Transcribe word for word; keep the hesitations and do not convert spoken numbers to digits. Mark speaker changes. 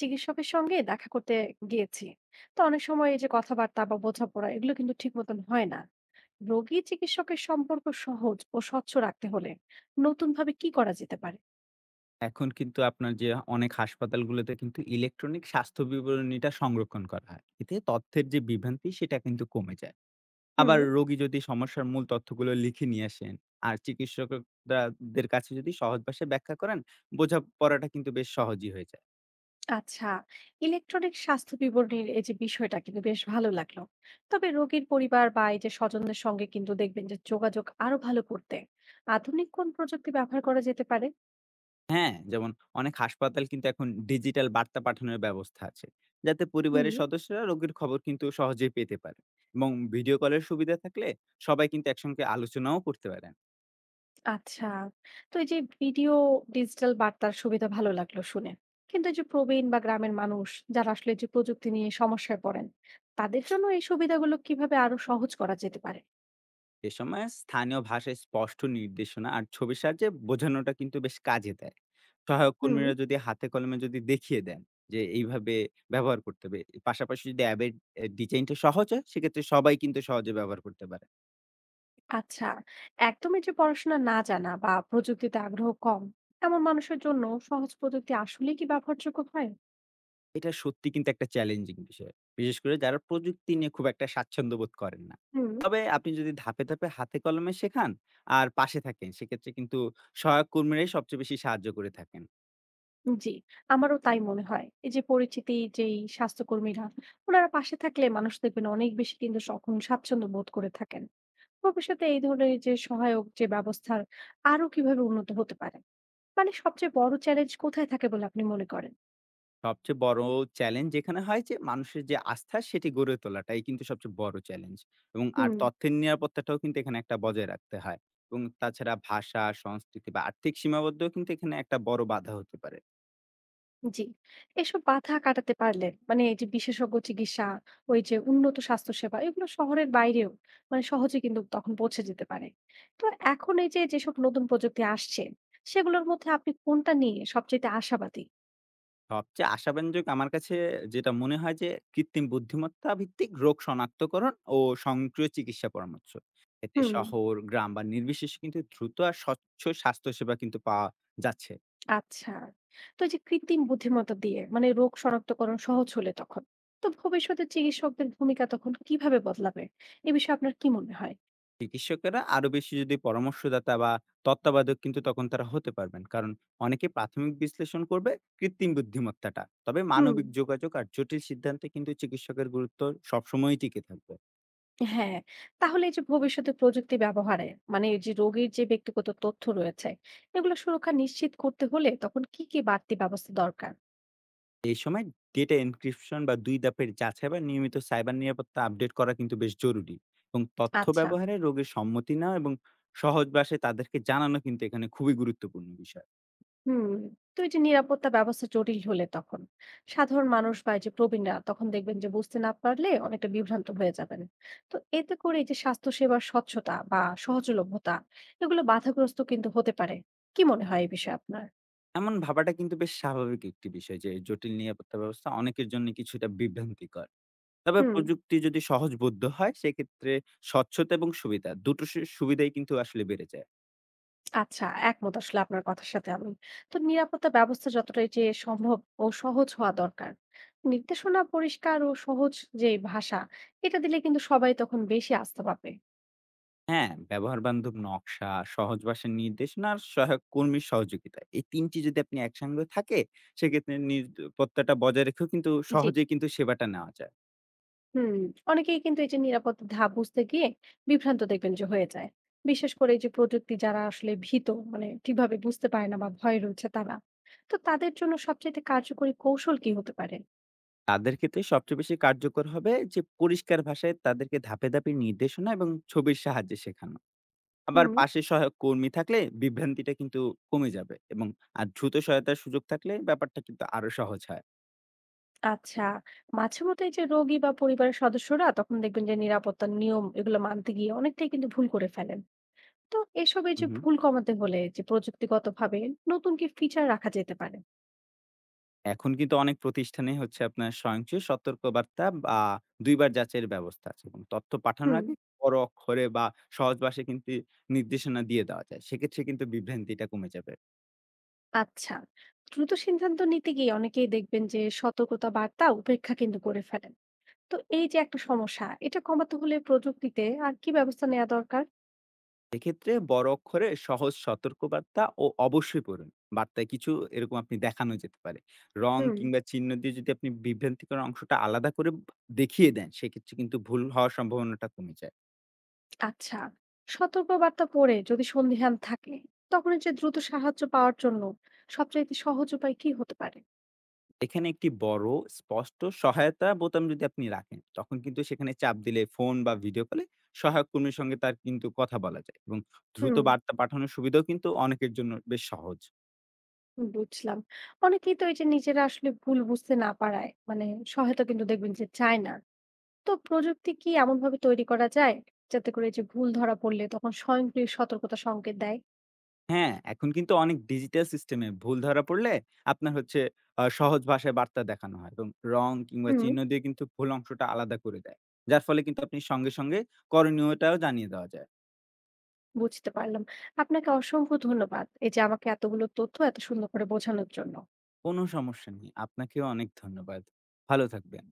Speaker 1: চিকিৎসকের সঙ্গে দেখা করতে গিয়েছি তো অনেক সময় এই যে কথাবার্তা বা বোঝাপড়া এগুলো কিন্তু ঠিক মতন হয় না। রোগী চিকিৎসকের সম্পর্ক সহজ ও স্বচ্ছ রাখতে হলে নতুন ভাবে কি করা যেতে পারে?
Speaker 2: এখন কিন্তু আপনার যে অনেক হাসপাতালগুলোতে কিন্তু ইলেকট্রনিক স্বাস্থ্য বিবরণীটা সংরক্ষণ করা হয়। এতে তথ্যের যে বিভ্রান্তি সেটা কিন্তু কমে যায়।
Speaker 1: হুম।
Speaker 2: আবার রোগী যদি সমস্যার মূল তথ্যগুলো লিখে নিয়ে আসেন আর চিকিৎসকরা দের কাছে যদি সহজ ভাষায় ব্যাখ্যা করেন, বোঝাপড়াটা কিন্তু বেশ সহজই হয়ে যায়।
Speaker 1: আচ্ছা, ইলেকট্রনিক স্বাস্থ্য বিবরণীর এই যে বিষয়টা কিন্তু বেশ ভালো লাগলো। তবে রোগীর পরিবার বা এই যে স্বজনদের সঙ্গে কিন্তু দেখবেন যে যোগাযোগ আরো ভালো করতে আধুনিক কোন প্রযুক্তি ব্যবহার করা যেতে পারে?
Speaker 2: হ্যাঁ, যেমন অনেক হাসপাতাল কিন্তু এখন ডিজিটাল বার্তা পাঠানোর ব্যবস্থা আছে। যাতে
Speaker 1: হুম।
Speaker 2: পরিবারের সদস্যরা রোগীর খবর কিন্তু সহজেই পেতে পারে, এবং ভিডিও কলের সুবিধা থাকলে সবাই কিন্তু একসঙ্গে আলোচনাও করতে পারে।
Speaker 1: আচ্ছা। তো এই যে ভিডিও ডিজিটাল বার্তার সুবিধা ভালো লাগলো শুনে। কিন্তু এই যে প্রবীণ বা গ্রামের মানুষ যারা আসলে এই যে প্রযুক্তি নিয়ে সমস্যায় পড়েন, তাদের জন্য এই সুবিধাগুলো কিভাবে আরো সহজ করা যেতে পারে?
Speaker 2: এ সময় স্থানীয় ভাষায় স্পষ্ট নির্দেশনা আর ছবির সাহায্যে বোঝানোটা কিন্তু বেশ কাজে দেয়। সহায়ক
Speaker 1: হুম।
Speaker 2: কর্মীরা যদি হাতে কলমে যদি দেখিয়ে দেন যে এইভাবে ব্যবহার করতে হবে। পাশাপাশি যদি অ্যাবের এ ডিজাইনটা সহজ হয়, সেক্ষেত্রে সবাই কিন্তু সহজে ব্যবহার করতে পারে।
Speaker 1: আচ্ছা, একদমই যে পড়াশোনা না জানা বা প্রযুক্তিতে আগ্রহ কম, এমন মানুষের জন্য সহজ প্রযুক্তি আসলেই কি ব্যবহারযোগ্য হয়?
Speaker 2: এটা সত্যি কিন্তু একটা চ্যালেঞ্জিং বিষয়। বিশেষ করে যারা প্রযুক্তি নিয়ে খুব একটা স্বাচ্ছন্দ্য বোধ করেন না।
Speaker 1: হুম।
Speaker 2: তবে আপনি যদি ধাপে, ধাপে হাতে কলমে শেখান আর পাশে থাকেন, সেক্ষেত্রে কিন্তু সহায়ক কর্মীরাই সবচেয়ে বেশি সাহায্য করে থাকেন।
Speaker 1: জি, আমারও তাই মনে হয়। এই যে পরিচিতি যেই স্বাস্থ্যকর্মীরা, উনারা পাশে থাকলে মানুষ দেখবেন অনেক বেশি কিন্তু তখন স্বাচ্ছন্দ্য বোধ করে থাকেন। ভবিষ্যতে এই ধরনের এই যে সহায়ক যে ব্যবস্থার আরো কিভাবে উন্নত হতে পারে? মানে সবচেয়ে বড় চ্যালেঞ্জ কোথায় থাকে বলে আপনি মনে করেন?
Speaker 2: সবচেয়ে বড় চ্যালেঞ্জ যেখানে হয় যে মানুষের যে আস্থা সেটি গড়ে তোলাটাই কিন্তু সবচেয়ে বড় চ্যালেঞ্জ, এবং আর
Speaker 1: হুম।
Speaker 2: তথ্যের নিরাপত্তাটাও কিন্তু এখানে একটা বজায় রাখতে হয়। এবং তাছাড়া ভাষা সংস্কৃতি বা আর্থিক সীমাবদ্ধও কিন্তু এখানে একটা বড় বাধা হতে পারে।
Speaker 1: জি। এসব বাধা কাটাতে পারলে মানে এই যে বিশেষজ্ঞ চিকিৎসা, ওই যে উন্নত স্বাস্থ্যসেবা এগুলো শহরের বাইরেও মানে সহজে কিন্তু তখন পৌঁছে যেতে পারে। তো এখন এই যে যেসব নতুন প্রযুক্তি আসছে সেগুলোর মধ্যে আপনি কোনটা নিয়ে সবচাইতে আশাবাদী?
Speaker 2: সবচেয়ে আশাব্যঞ্জক আমার কাছে যেটা মনে হয় যে কৃত্রিম বুদ্ধিমত্তা ভিত্তিক রোগ শনাক্তকরণ ও স্বয়ংক্রিয় চিকিৎসা পরামর্শ। এতে
Speaker 1: হুম।
Speaker 2: শহর গ্রাম বা নির্বিশেষে কিন্তু দ্রুত আর স্বচ্ছ স্বাস্থ্যসেবা কিন্তু পাওয়া যাচ্ছে।
Speaker 1: আচ্ছা। তো এই যে কৃত্রিম বুদ্ধিমত্তা দিয়ে মানে রোগ শনাক্তকরণ সহজ হলে তখন তো ভবিষ্যতে চিকিৎসকদের ভূমিকা তখন কিভাবে বদলাবে? এ বিষয়ে আপনার কি মনে হয়?
Speaker 2: চিকিৎসকেরা আরো বেশি যদি পরামর্শদাতা বা তত্ত্বাবধায়ক কিন্তু তখন তারা হতে পারবেন। কারণ অনেকে প্রাথমিক বিশ্লেষণ করবে কৃত্রিম বুদ্ধিমত্তাটা। তবে
Speaker 1: হুম।
Speaker 2: মানবিক যোগাযোগ আর জটিল সিদ্ধান্তে কিন্তু চিকিৎসকের গুরুত্ব সবসময়ই টিকে থাকবে।
Speaker 1: হ্যাঁ, তাহলে এই যে ভবিষ্যতে প্রযুক্তি ব্যবহারে মানে এই যে রোগীর যে ব্যক্তিগত তথ্য রয়েছে, এগুলো সুরক্ষা নিশ্চিত করতে হলে তখন কি, কি বাড়তি ব্যবস্থা দরকার?
Speaker 2: এই সময় ডেটা এনক্রিপশন বা দুই ধাপের যাচাই বা নিয়মিত সাইবার নিরাপত্তা আপডেট করা কিন্তু বেশ জরুরি। এবং তথ্য
Speaker 1: আচ্ছা।
Speaker 2: ব্যবহারে রোগীর সম্মতি নেওয়া এবং সহজ ভাষায় তাদেরকে জানানো কিন্তু এখানে খুবই গুরুত্বপূর্ণ বিষয়।
Speaker 1: হুম, তো এই যে নিরাপত্তা ব্যবস্থা জটিল হলে তখন সাধারণ মানুষ বা এই যে প্রবীণরা তখন দেখবেন যে বুঝতে না পারলে অনেকটা বিভ্রান্ত হয়ে যাবেন। তো এতে করে এই যে স্বাস্থ্যসেবার স্বচ্ছতা বা সহজলভ্যতা এগুলো বাধাগ্রস্ত কিন্তু হতে পারে। কি মনে হয় এই বিষয়ে আপনার?
Speaker 2: এমন ভাবাটা কিন্তু বেশ স্বাভাবিক একটি বিষয় যে জটিল নিরাপত্তা ব্যবস্থা অনেকের জন্য কিছুটা বিভ্রান্তিকর। তবে
Speaker 1: হুম।
Speaker 2: প্রযুক্তি যদি সহজবোধ্য হয়, সেক্ষেত্রে স্বচ্ছতা এবং সুবিধা দুটো সু সুবিধাই কিন্তু আসলে বেড়ে যায়।
Speaker 1: আচ্ছা, একমত আসলে আপনার কথার সাথে আমি। তো নিরাপত্তা ব্যবস্থা যতটাই যে সম্ভব ও সহজ হওয়া দরকার। নির্দেশনা পরিষ্কার ও সহজ যে ভাষা, এটা দিলে কিন্তু সবাই তখন বেশি আস্থা পাবে।
Speaker 2: হ্যাঁ, ব্যবহার বান্ধব নকশা, সহজ ভাষার নির্দেশনা আর সহায়ক কর্মীর সহযোগিতা। এই তিন টি যদি আপনি একসঙ্গে থাকে, সেক্ষেত্রে নিরাপত্তাটা বজায় রেখেও কিন্তু
Speaker 1: জি।
Speaker 2: সহজেই কিন্তু সেবাটা নেওয়া যায়।
Speaker 1: হুম, অনেকেই কিন্তু এই যে নিরাপত্তা ধাপ বুঝতে গিয়ে বিভ্রান্ত দেখবেন যে হয়ে যায়। বিশেষ করে এই যে প্রযুক্তি যারা আসলে ভীত মানে ঠিকভাবে বুঝতে পারে না বা ভয় রয়েছে তারা। তো তাদের জন্য সবচাইতে কার্যকরী কৌশল কি হতে পারে?
Speaker 2: তাদের ক্ষেত্রে সবচেয়ে বেশি কার্যকর হবে যে পরিষ্কার ভাষায় তাদেরকে ধাপে, ধাপে নির্দেশনা এবং ছবির সাহায্যে শেখানো। আবার
Speaker 1: হুম।
Speaker 2: পাশে সহায়ক কর্মী থাকলে বিভ্রান্তিটা কিন্তু কমে যাবে, এবং আর দ্রুত সহায়তার সুযোগ থাকলে ব্যাপারটা কিন্তু আরো সহজ হয়।
Speaker 1: আচ্ছা, মাঝে মধ্যে এই যে রোগী বা পরিবারের সদস্যরা তখন দেখবেন যে নিরাপত্তার নিয়ম এগুলো মানতে গিয়ে অনেকটাই কিন্তু ভুল করে ফেলেন। তো এসবে
Speaker 2: হুম,
Speaker 1: যে
Speaker 2: হুম।
Speaker 1: ভুল কমাতে হলে যে প্রযুক্তিগত ভাবে নতুন কি ফিচার রাখা যেতে পারে?
Speaker 2: এখন কিন্তু অনেক প্রতিষ্ঠানে হচ্ছে আপনার স্বয়ংক্রিয় সতর্কবার্তা বা দুই বার যাচাইয়ের ব্যবস্থা আছে, এবং তথ্য পাঠানোর
Speaker 1: হুম।
Speaker 2: আগে বড় অক্ষরে বা সহজ ভাষায় কিন্তু নির্দেশনা দিয়ে দেওয়া যায়। সেক্ষেত্রে কিন্তু বিভ্রান্তিটা কমে যাবে।
Speaker 1: আচ্ছা, দ্রুত সিদ্ধান্ত নিতে গিয়ে অনেকেই দেখবেন যে সতর্কতা বার্তা উপেক্ষা কিন্তু করে ফেলেন। তো এই যে একটা সমস্যা এটা কমাতে হলে প্রযুক্তিতে আর কি ব্যবস্থা নেওয়া দরকার?
Speaker 2: এক্ষেত্রে বড় অক্ষরে সহজ সতর্কবার্তা ও অবশ্যই পড়ুন। বার্তায় কিছু এরকম আপনি দেখানো যেতে পারে। রং
Speaker 1: হুম।
Speaker 2: কিংবা চিহ্ন দিয়ে যদি আপনি বিভ্রান্তিকর অংশটা আলাদা করে দেখিয়ে দেন, সেক্ষেত্রে কিন্তু ভুল হওয়ার সম্ভাবনাটা কমে যায়।
Speaker 1: আচ্ছা, সতর্কবার্তা পড়ে যদি সন্দিহান থাকে তখন এই যে দ্রুত সাহায্য পাওয়ার জন্য সবচাইতে সহজ উপায় কি হতে পারে?
Speaker 2: এখানে একটি বড় স্পষ্ট সহায়তা বোতাম যদি আপনি রাখেন, তখন কিন্তু সেখানে চাপ দিলে ফোন বা ভিডিও কলে সহায়ক কর্মীর সঙ্গে তার কিন্তু কথা বলা যায়, এবং দ্রুত
Speaker 1: হুম।
Speaker 2: বার্তা পাঠানোর সুবিধাও কিন্তু অনেকের জন্য বেশ সহজ।
Speaker 1: বুঝলাম। অনেকেই তো এই যে নিজেরা আসলে ভুল বুঝতে না পারায় মানে সহায়তা কিন্তু দেখবেন যে চায় না। তো প্রযুক্তি কি এমন ভাবে তৈরি করা যায় যাতে করে এই যে ভুল ধরা পড়লে তখন স্বয়ংক্রিয় সতর্কতা সংকেত দেয়?
Speaker 2: হ্যাঁ, এখন কিন্তু অনেক ডিজিটাল সিস্টেমে ভুল ধরা পড়লে আপনার হচ্ছে আ সহজ ভাষায় বার্তা দেখানো হয়, এবং রং কিংবা
Speaker 1: হুম।
Speaker 2: চিহ্ন দিয়ে কিন্তু ভুল অংশটা আলাদা করে দেয়। যার ফলে কিন্তু আপনি সঙ্গে, সঙ্গে করণীয়টাও জানিয়ে দেওয়া যায়।
Speaker 1: বুঝতে পারলাম। আপনাকে অসংখ্য ধন্যবাদ এই যে আমাকে এতগুলো তথ্য এত সুন্দর করে বোঝানোর জন্য।
Speaker 2: কোনো সমস্যা নেই। আপনাকেও অনেক ধন্যবাদ। ভালো থাকবেন।